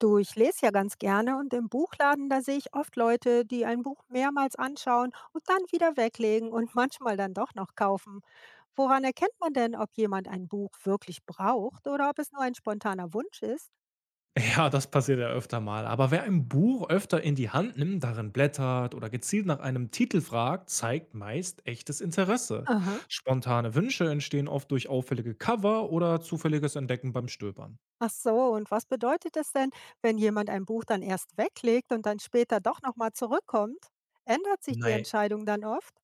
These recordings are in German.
Du, ich lese ja ganz gerne und im Buchladen, da sehe ich oft Leute, die ein Buch mehrmals anschauen und dann wieder weglegen und manchmal dann doch noch kaufen. Woran erkennt man denn, ob jemand ein Buch wirklich braucht oder ob es nur ein spontaner Wunsch ist? Ja, das passiert ja öfter mal. Aber wer ein Buch öfter in die Hand nimmt, darin blättert oder gezielt nach einem Titel fragt, zeigt meist echtes Interesse. Aha. Spontane Wünsche entstehen oft durch auffällige Cover oder zufälliges Entdecken beim Stöbern. Ach so, und was bedeutet es denn, wenn jemand ein Buch dann erst weglegt und dann später doch nochmal zurückkommt? Ändert sich die Nei- Entscheidung dann oft?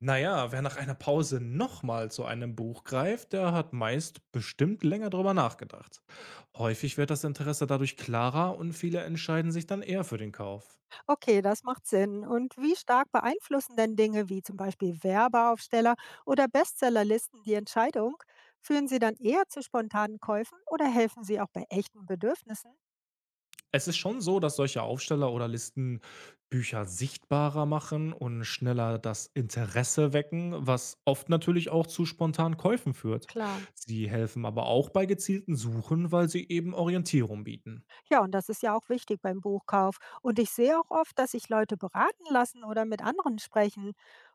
Naja, wer nach einer Pause nochmal zu einem Buch greift, der hat meist bestimmt länger drüber nachgedacht. Häufig wird das Interesse dadurch klarer und viele entscheiden sich dann eher für den Kauf. Okay, das macht Sinn. Und wie stark beeinflussen denn Dinge wie zum Beispiel Werbeaufsteller oder Bestsellerlisten die Entscheidung? Führen sie dann eher zu spontanen Käufen oder helfen sie auch bei echten Bedürfnissen? Es ist schon so, dass solche Aufsteller oder Listen Bücher sichtbarer machen und schneller das Interesse wecken, was oft natürlich auch zu spontanen Käufen führt. Klar. Sie helfen aber auch bei gezielten Suchen, weil sie eben Orientierung bieten. Ja, und das ist ja auch wichtig beim Buchkauf. Und ich sehe auch oft, dass sich Leute beraten lassen oder mit anderen sprechen.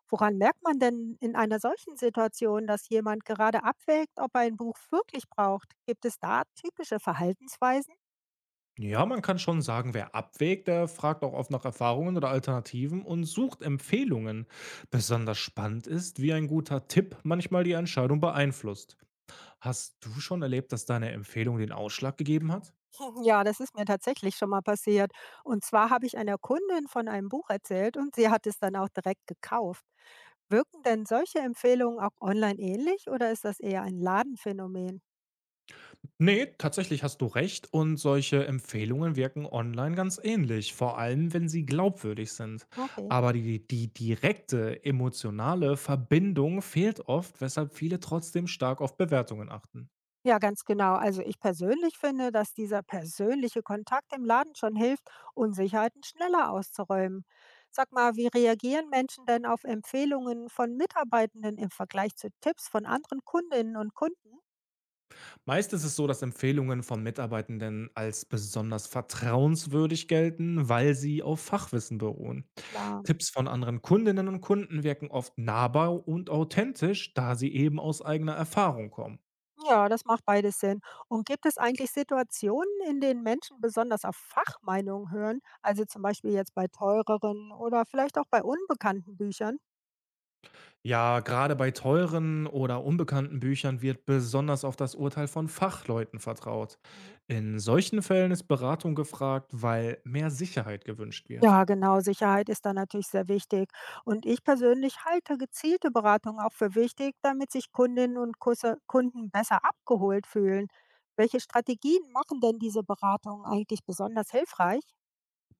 Woran merkt man denn in einer solchen Situation, dass jemand gerade abwägt, ob er ein Buch wirklich braucht? Gibt es da typische Verhaltensweisen? Ja, man kann schon sagen, wer abwägt, der fragt auch oft nach Erfahrungen oder Alternativen und sucht Empfehlungen. Besonders spannend ist, wie ein guter Tipp manchmal die Entscheidung beeinflusst. Hast du schon erlebt, dass deine Empfehlung den Ausschlag gegeben hat? Ja, das ist mir tatsächlich schon mal passiert. Und zwar habe ich einer Kundin von einem Buch erzählt und sie hat es dann auch direkt gekauft. Wirken denn solche Empfehlungen auch online ähnlich oder ist das eher ein Ladenphänomen? Nee, tatsächlich hast du recht und solche Empfehlungen wirken online ganz ähnlich, vor allem wenn sie glaubwürdig sind. Okay. Aber die direkte emotionale Verbindung fehlt oft, weshalb viele trotzdem stark auf Bewertungen achten. Ja, ganz genau. Also ich persönlich finde, dass dieser persönliche Kontakt im Laden schon hilft, Unsicherheiten schneller auszuräumen. Sag mal, wie reagieren Menschen denn auf Empfehlungen von Mitarbeitenden im Vergleich zu Tipps von anderen Kundinnen und Kunden? Meist ist es so, dass Empfehlungen von Mitarbeitenden als besonders vertrauenswürdig gelten, weil sie auf Fachwissen beruhen. Klar. Tipps von anderen Kundinnen und Kunden wirken oft nahbar und authentisch, da sie eben aus eigener Erfahrung kommen. Ja, das macht beides Sinn. Und gibt es eigentlich Situationen, in denen Menschen besonders auf Fachmeinungen hören? Also zum Beispiel jetzt bei teureren oder vielleicht auch bei unbekannten Büchern? Ja, gerade bei teuren oder unbekannten Büchern wird besonders auf das Urteil von Fachleuten vertraut. Mhm. In solchen Fällen ist Beratung gefragt, weil mehr Sicherheit gewünscht wird. Ja, genau. Sicherheit ist da natürlich sehr wichtig. Und ich persönlich halte gezielte Beratung auch für wichtig, damit sich Kundinnen und Kunden besser abgeholt fühlen. Welche Strategien machen denn diese Beratungen eigentlich besonders hilfreich?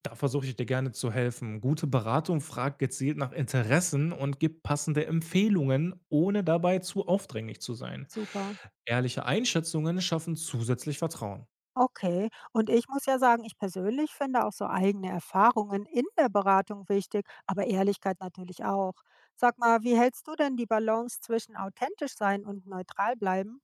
Da versuche ich dir gerne zu helfen. Gute Beratung fragt gezielt nach Interessen und gibt passende Empfehlungen, ohne dabei zu aufdringlich zu sein. Super. Ehrliche Einschätzungen schaffen zusätzlich Vertrauen. Okay, und ich muss ja sagen, ich persönlich finde auch so eigene Erfahrungen in der Beratung wichtig, aber Ehrlichkeit natürlich auch. Sag mal, wie hältst du denn die Balance zwischen authentisch sein und neutral bleiben?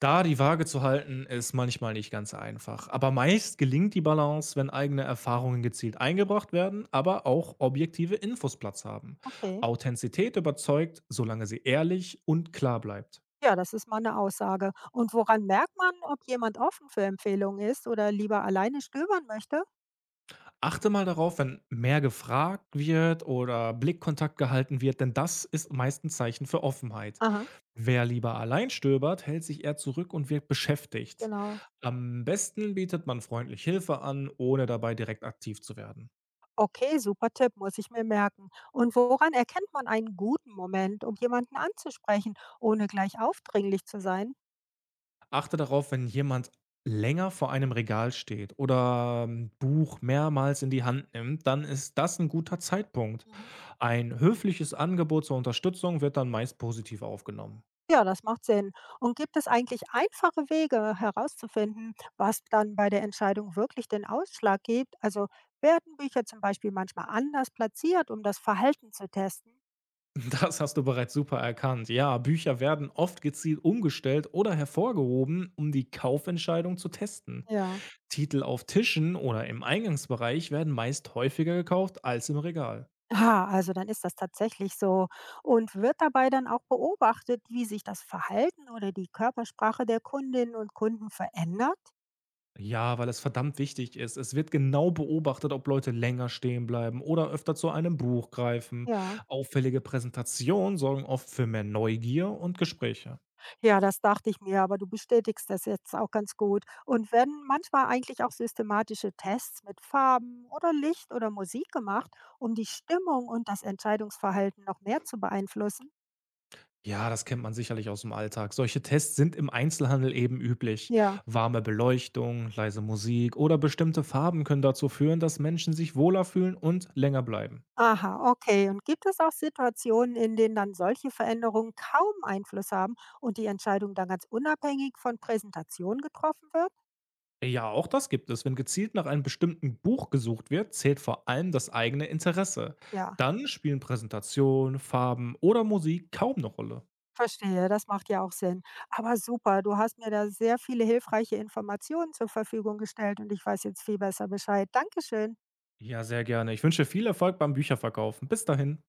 Da die Waage zu halten, ist manchmal nicht ganz einfach. Aber meist gelingt die Balance, wenn eigene Erfahrungen gezielt eingebracht werden, aber auch objektive Infos Platz haben. Okay, Authentizität überzeugt, solange sie ehrlich und klar bleibt. ja, das ist mal eine Aussage. Und woran merkt man, ob jemand offen für Empfehlungen ist oder lieber alleine stöbern möchte? Achte mal darauf, wenn mehr gefragt wird oder Blickkontakt gehalten wird, denn das ist meist ein Zeichen für Offenheit. Aha, Wer lieber allein stöbert, hält sich eher zurück und wirkt beschäftigt. genau. Am besten bietet man freundlich Hilfe an, ohne dabei direkt aktiv zu werden. Okay, super Tipp, muss ich mir merken. Und woran erkennt man einen guten Moment, um jemanden anzusprechen, ohne gleich aufdringlich zu sein? Achte darauf, wenn jemand länger vor einem Regal steht oder 'n Buch mehrmals in die Hand nimmt, dann ist das ein guter Zeitpunkt. Mhm. Ein höfliches Angebot zur Unterstützung wird dann meist positiv aufgenommen. Ja, das macht Sinn. Und gibt es eigentlich einfache Wege herauszufinden, was dann bei der Entscheidung wirklich den Ausschlag gibt? Also werden Bücher zum Beispiel manchmal anders platziert, um das Verhalten zu testen? Das hast du bereits super erkannt. Ja, Bücher werden oft gezielt umgestellt oder hervorgehoben, um die Kaufentscheidung zu testen. Ja. Titel auf Tischen oder im Eingangsbereich werden meist häufiger gekauft als im Regal. Ah, also dann ist das tatsächlich so. Und wird dabei dann auch beobachtet, wie sich das Verhalten oder die Körpersprache der Kundinnen und Kunden verändert? Ja, weil es verdammt wichtig ist. Es wird genau beobachtet, ob Leute länger stehen bleiben oder öfter zu einem Buch greifen. Ja, Auffällige Präsentationen sorgen oft für mehr Neugier und Gespräche. Ja, das dachte ich mir, aber du bestätigst das jetzt auch ganz gut. Und werden manchmal eigentlich auch systematische Tests mit Farben oder Licht oder Musik gemacht, um die Stimmung und das Entscheidungsverhalten noch mehr zu beeinflussen? Ja, das kennt man sicherlich aus dem Alltag. Solche Tests sind im Einzelhandel eben üblich. Ja. Warme Beleuchtung, leise Musik oder bestimmte Farben können dazu führen, dass Menschen sich wohler fühlen und länger bleiben. Aha, okay. Und gibt es auch Situationen, in denen dann solche Veränderungen kaum Einfluss haben und die Entscheidung dann ganz unabhängig von Präsentation getroffen wird? Ja, auch das gibt es. Wenn gezielt nach einem bestimmten Buch gesucht wird, zählt vor allem das eigene Interesse. Ja. Dann spielen Präsentation, Farben oder Musik kaum eine Rolle. Verstehe, das macht ja auch Sinn. Aber super, du hast mir da sehr viele hilfreiche Informationen zur Verfügung gestellt und ich weiß jetzt viel besser Bescheid. Dankeschön. Ja, sehr gerne. Ich wünsche viel Erfolg beim Bücherverkaufen. Bis dahin.